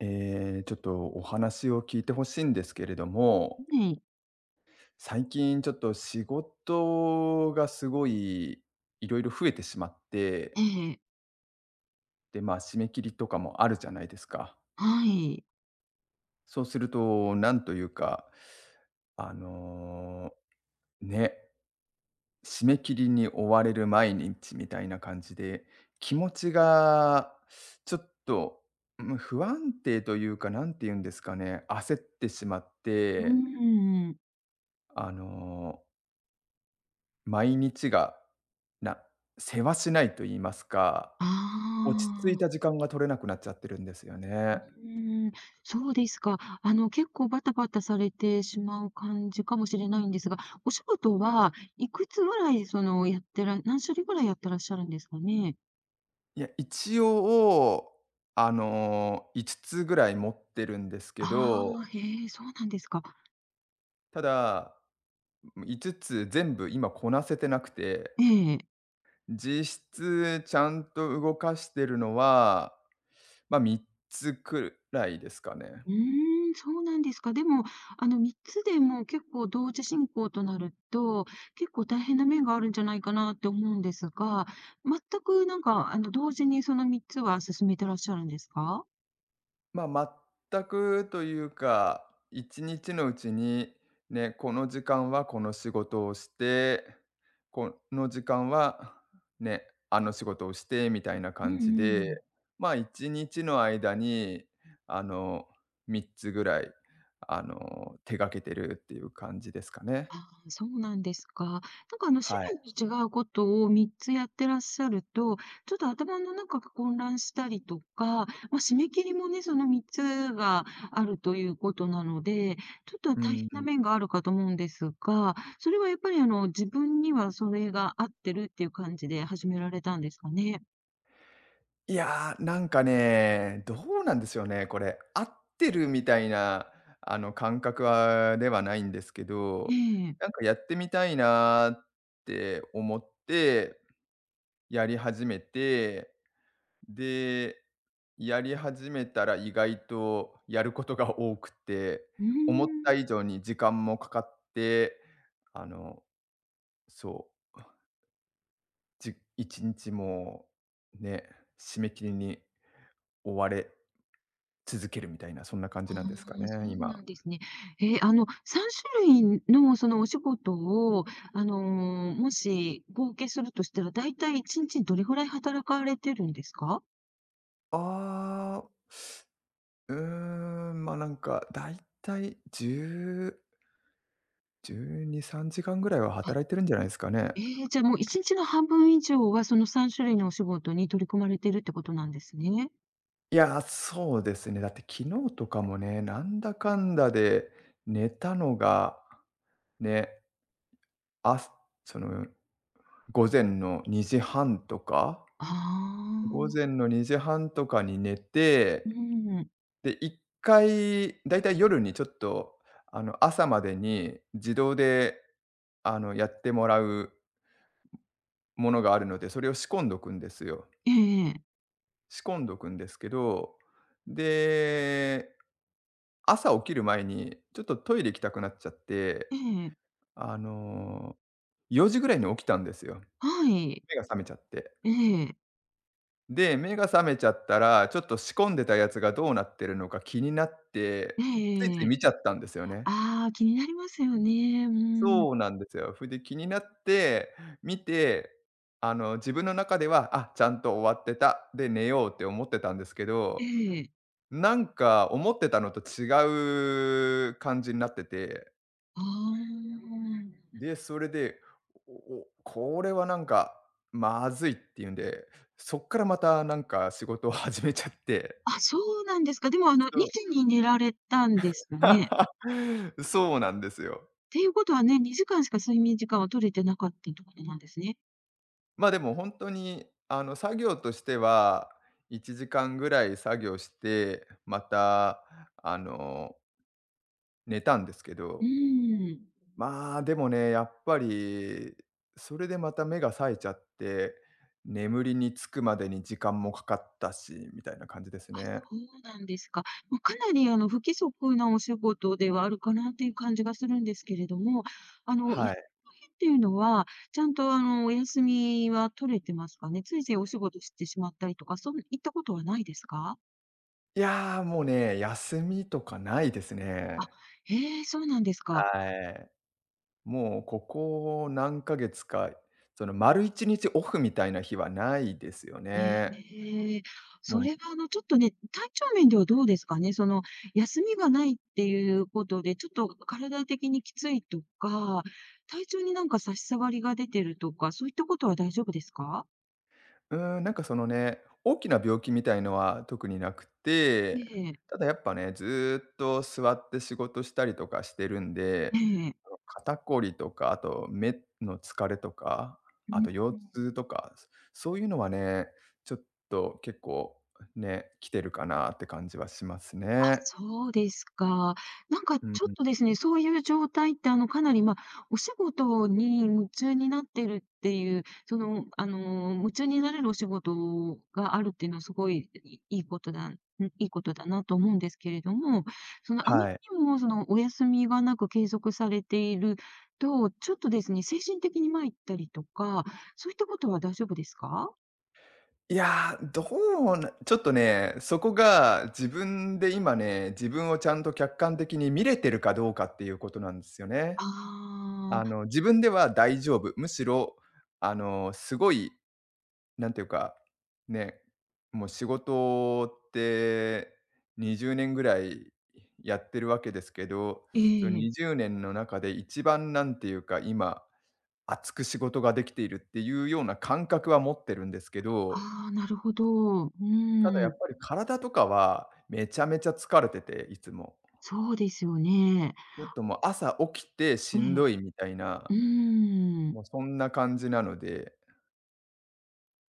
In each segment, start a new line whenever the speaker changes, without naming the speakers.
ちょっとお話を聞いてほしいんですけれども、
はい、
最近ちょっと仕事がすごいいろいろ増えてしまって、
ええ、
で、まあ締め切りとかもあるじゃないですか。
はい。
そうすると、なんというか、あのーね、締め切りに追われる毎日みたいな感じで、気持ちがちょっとうん不安定というか、なんて言うんですかね、焦ってしまっ
う
て、
ーん。
あのー毎日が、なせわしないと言いますか、
あ
落ち着い
あ、
た時間が取れなくなっちゃってるんですよ
う
ね。
ーん、そうですか。あの、結構バタバタされてしまう感じかもしれないんですが、お仕事はいくつぐらい、その、やってら何種類ぐらいやってらっしゃるんですかね？
いや、一応、5つつぐらい持ってるんですけ
あ
ど、
あ、へえ、そうなんですか。
ただ、5つつ全部今こなせてなくて、
ええ。
実質ちゃんと動かしてるのは、ま、3つくらいですかね。
うーん、そうなんですか。でも、あの、3つでも結構同時進行となると、結構大変な面があるんじゃないかなって思うんですが、全くなんか、あの、同時にその3つは進めてらっしゃるんですか？
まあ、全くというか、1日のうちに、ね、この時間はこの仕事をして、この時間は、ね、あの仕事をしてみたいな
うん
感じ
うん
で、
うん。
まあ、1日の間に、あの、3つぐらい、手がけてるっていう感じですかね。
そうなんですか。なんかあの種
はい。
類の違うことを3つやってらっしゃると、ちょっと頭の中が混乱したりとか、まあ、締め切りもね、その3つがあるということなので、ちょっと
う
大変
ん。
な面があるかと思うんですが、それはやっぱりあの自分にはそれが合ってるっていう感じで始められたんですかね？
いやー、なんかね、どうなんですよね、これ。合ってるみたいな、感覚はではないんですけ
え
ど、
え。
なんかやってみたいなーって思って、やり始めて、で、やり始めたら意外とやることが多くて、
うー
思った
ん。
以上に時間もかかって、あの、そう、じ1日もね、締め切りに追われ続けるみたいな、そんな感
あ
じなんですか
あ、そ
ね、
う
今。
なんですね。え、あの、3種類のそのお仕事を、あの、もし合計するとしたら、だいたい1日にちにどれぐらい働かれてるんですか？
ああ、ま、なんか、だいたい10、12、3時間ぐらいは働いてるんじゃないですかね。
じゃあもう1日の半分以上は、その3種類のお仕事に取り組まれてるってことなんですね。
いや、そうですね。だって昨日とかもね、なんだかんだで寝たのが、ね、あその、午前の2時半とか
あ
午
あ、
前の2時半とかに寝
う
て
ん。
で、一回、だいたい夜にちょっと、朝までに自動で、やってもらうものがあるので、それを仕込んどくんですよ。
ええええ。
仕込んどくんですけど、で、朝起きる前にちょっとトイレ行きたくなっちゃって、あの、4時ぐらいに起きたんですよ。
はい。
目が覚めちゃって。
ええ。
で、目が覚めちゃったら、ちょっと仕込んでたやつがどうなってるのか気になっ
え
て、ついつ
ええ
い
え。
見ちゃったんですよね。
ああ、気になりますよね。うん。
そうなんですよ。それで気になって見て、自分の中では、あ、ちゃんと終わってた、で、寝ようって思ってたんですけ
え
ど、
え。
なんか思ってたのと違う感じになってて、
ああ。
で、それで、おおこれはなんかまずいっていうんで、そっからまたなんか仕事を始めちゃって、
あ、そうなんですか。でも、あの、
そ
2
う
時に寝られたんですかね？
そうなんですよ。
っていうことはね、2時間しか睡眠時間は取れてなかったってことなんですね。
まあ、でも本当に、作業としては、1時間ぐらい作業して、また、あの、寝たんですけ
う
ど、
ーん。
まあ、でもね、やっぱり、それでまた目が冴えちゃって、眠りにつくまでに時間もかかったし、みたいな感じです
あ、
ね。
そうなんですか。まあ、かなり、あの、不規則なお仕事ではあるかなっていう感じがするんですけれども、あの、休み
はい。
の日っていうのは、ちゃんと、あの、お休みは取れてますかね？ついついお仕事してしまったりとか、そういったことはないですか？
いや、もうね、休みとかないです
あ、
ね。
へえ、そうなんですか。
はい。もうここ何ヶ月か、その、丸一日オフみたいな日はないですよね。
ええ、そ
も
れはあの、ちょっとね、体調面ではどうですかね？その、休みがないっていうことで、ちょっと体的にきついとか、体調になんか差し障りが出てるとか、そういったことは大丈夫ですか？
う、なんかそのね、大きな病気みたいのは特になく
え
て、
え、
ただやっぱね、ずっと座って仕事したりとかしてるんで、
ええ。
肩こりとか、あと目の疲れとか、
う
あと
ん。
腰痛とか、そういうのはね、ちょっと結構ね、来てるかなって感じはします
あ、
ね。
そうですか。なんかち
うん
ょっ
うん。
とですね、そういう状態って、あの、かなり、まあ、お仕事に夢中になってるっていう、その、あの、夢中になれるお仕事があるっていうのはすごい、いいいことだんいいことだなと思うんですけれども、その、あまり
はい。
にも、その、お休みがなく継続されていると、ちょっとですね、精神的に参ったりとか、そういったことは大丈夫ですか？
いやー、どうなちょっとね、そこが自分で今ね、自分をちゃんと客観的に見れてるかどうかっていうことなんですよね。
ああー、
自分では大丈夫。むしろ、すごい、なんていうか、ね、もう仕事って20年ぐらいやってるわけですけど、
え
その
え。
20年の中で一番なんていうか、今、熱く仕事ができているっていうような感覚は持ってるんですけど、
ああ、なるほど。う
ただやっ
ん。
ぱり体とかは、めちゃめちゃ疲れてて、いつも。
そうですよね。
ちょっともう朝起きて
え
しん
え。
どいみたい
う
な、
ーん。
もうそんな感じなので、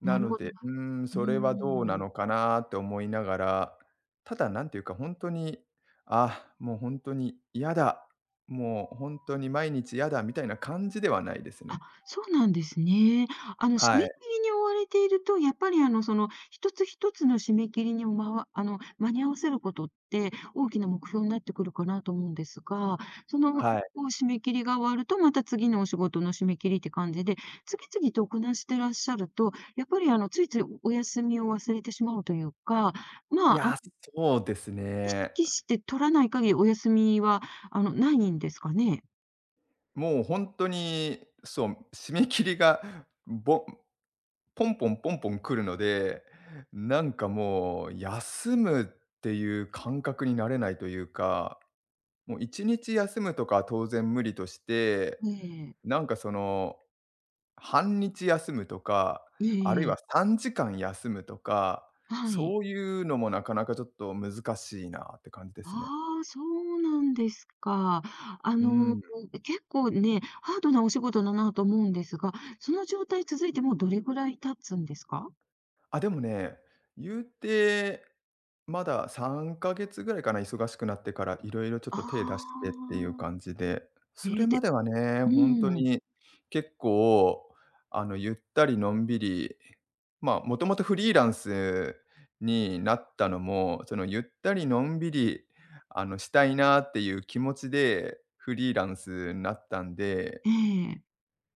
な
なる
の
ほど。
で、
うー
それはどうな
ん。
のかなって思いながら、ただなんていうか本当に、あ、もう本当に嫌だ、もう本当に毎日嫌だみたいな感じではないです
あ、
ね。
そうなんですね。あの、締
は
め
い、
切りに追われていると、やっぱり、あの、その、一つ一つの締め切りに、まわあの、間に合わせることって、大きな目標になってくるかなと思うんですが、その、
は
一
い。
個締め切りが終わると、また次のお仕事の締め切りって感じで、次々とこなしてらっしゃると、やっぱり、あの、ついついお休みを忘れてしまうというか、
い
まあ、
や、そうです
意
ね。
識して取らない限り、お休みは、あの、ないんですかね？
もう本当に、そう、締め切りがぼポンポンポンポン来るので、なんかもう休むっていう感覚になれないというか、もう1日休むとかは当然無理として、
ええ。
なんかその、半日休むとか、
え
あるい
ええ
は
え。
3時間休むとか、
はい。
そういうのもなかなかちょっと難しいなって感じですね。
ああ、そうなんですか。あ
う
の、
ん。
結構ね、ハードなお仕事だなと思うんですが、その状態続いてもうどれぐらい経つんですか？
あ、でもね、言うて、まだ3か月ぐらいかな、忙しくなってから、いろいろちょっ
あ
と手出してっていう
あ。
感じで、そ
え
れ
え、
ま
で
ではね、
う
ほんと
ん。
に結構、ゆったりのんびり、ま、もともとフリーランスになったのも、その、ゆったりのんびり、したいなっていう気持ちでフリーランスになったんで、
ええ。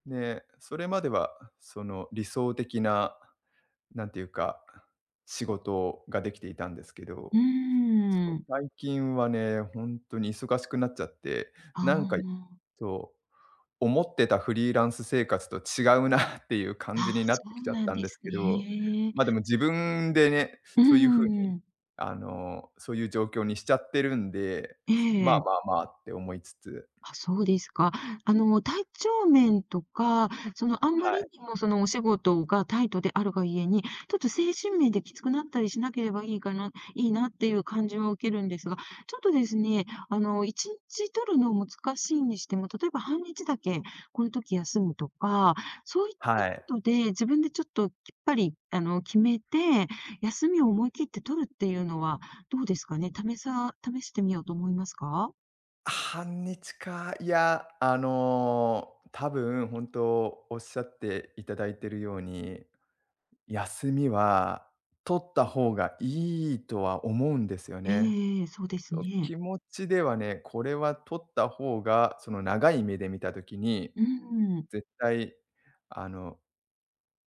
で、それまでは、その、理想的ななんていうか、仕事ができていたんですけ
う
ど、そ
ー
う。
ん。
最近はね、ほんとに忙しくなっちゃって、
あ
なんか、
あ、
そう、思ってたフリーランス生活と違うなっていう
あ
感じ
あ、
になっ
そ
てき
う
ちゃっ
なん
たん
で
です
す
けど、
ね。
ま、でも自分でね、
う
そういう風に、
ーん。
そういう状況にしちゃってるんで、
え
まあ
え。
まあまあって思いつつ、
あ、そうですか。あの、体調面とか、その、あんま
は
り
い、
にも、その、お仕事がタイトであるがゆえに、ちょっと精神面できつくなったりしなければいいかな、いいなっていう感じは受けるんですが、ちょっとですね、あの、1日取るのも難しいにしても、例えば半日だけこの時休むとか、そういった
はい。
ことで自分でちょっと、やっぱり、あの、決めて、休みを思い切って取るっていうのはどうですかね？試してみようと思いますか？
半日か、いや、多分本当おっしゃっていただいてるように、休みは取った方がいいとは思うんですよね。
ええそうです
そう
ね。
気持ちではね、これは取った方が、その長い目で見たときに、
うーん、
絶対、あの、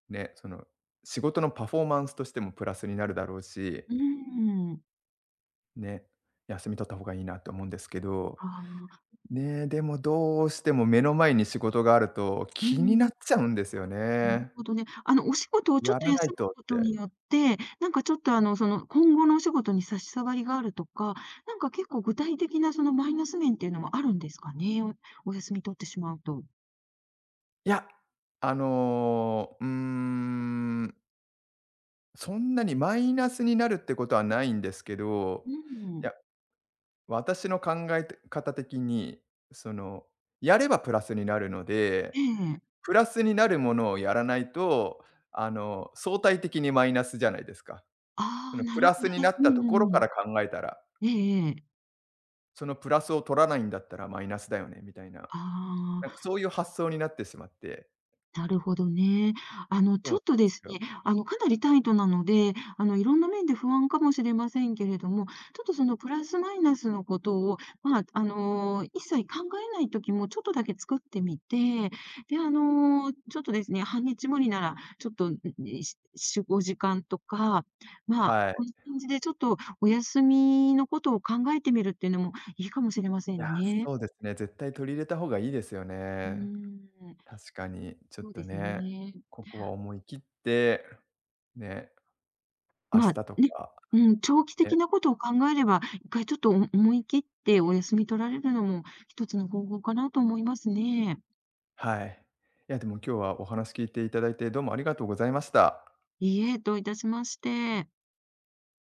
ね、その、仕事のパフォーマンスとしてもプラスになるだろうし、
うん。
ね、休み取った方がいいなと思うんですけど
ああ、
ね、でもどうしても目の前に仕事があると
う
気にな
ん
っ ちゃうんですよ
なる
ね。
ほどね。あの、お仕事をちょっ
や
と
らな
休
い
む
とっ
こと
て。
によって、なんかちょっとあの、その、今後のお仕事に差し障りがあるとか、なんか結構具体的なそのマイナス面っていうのもあるんですかね？お休み取ってしまうと。
いや、あの、うーん、そんなにマイナスになるってことはないんですけど、
う
い
ん。
や、私の考えて方的に、その、やればプラスになるので、
ええ。
プラスになるものをやらないと、相対的にマイナスじゃないですか。そ
ああ、
の
な
プ
る
ラ
ほ
ス
ど
に
ね。
なっ
う
たと
ん
こ
う
ろ
んう
から
ん。
考えたら。
ええええ。
そのプラスを取らないんだったらマイナスだよねみたいな、なん
ああ。
かそういう発想になってしまって、
なるほどね。あの、
そうな
ち
ん
ょっ
で
とです
すよ。
ね、あの、かなりタイトなので、あの、いろんな面で不安かもしれませんけれども、ちょっとそのプラスマイナスのことを、まあ、あの、一切考えない時もちょっとだけ作ってみて、で、あの、ちょっとですね、半日後になら、ちょっと、し時間とか、まあ、
はい。
こういう感じでちょっとお休みのことを考えてみるっていうのもいいかもしれませ
いや、
んね。
そうですね、絶対取り入れた方がいいですよ
うー
ね。
ん、
確かに、ちょっ
そうで
と
す
ね、
ね。
ここは思い切って、ね、明
ま
日
あ、
と
ね、
か、
うん、長期
ね、
的なことを考えれば、一回ちょっと思い切ってお休み取られるのも、一つの方法かなと思いますね。
はい。いやでも今日はお話聞いていただいてどうもありがとうございました。
いいえ、どういたしまして。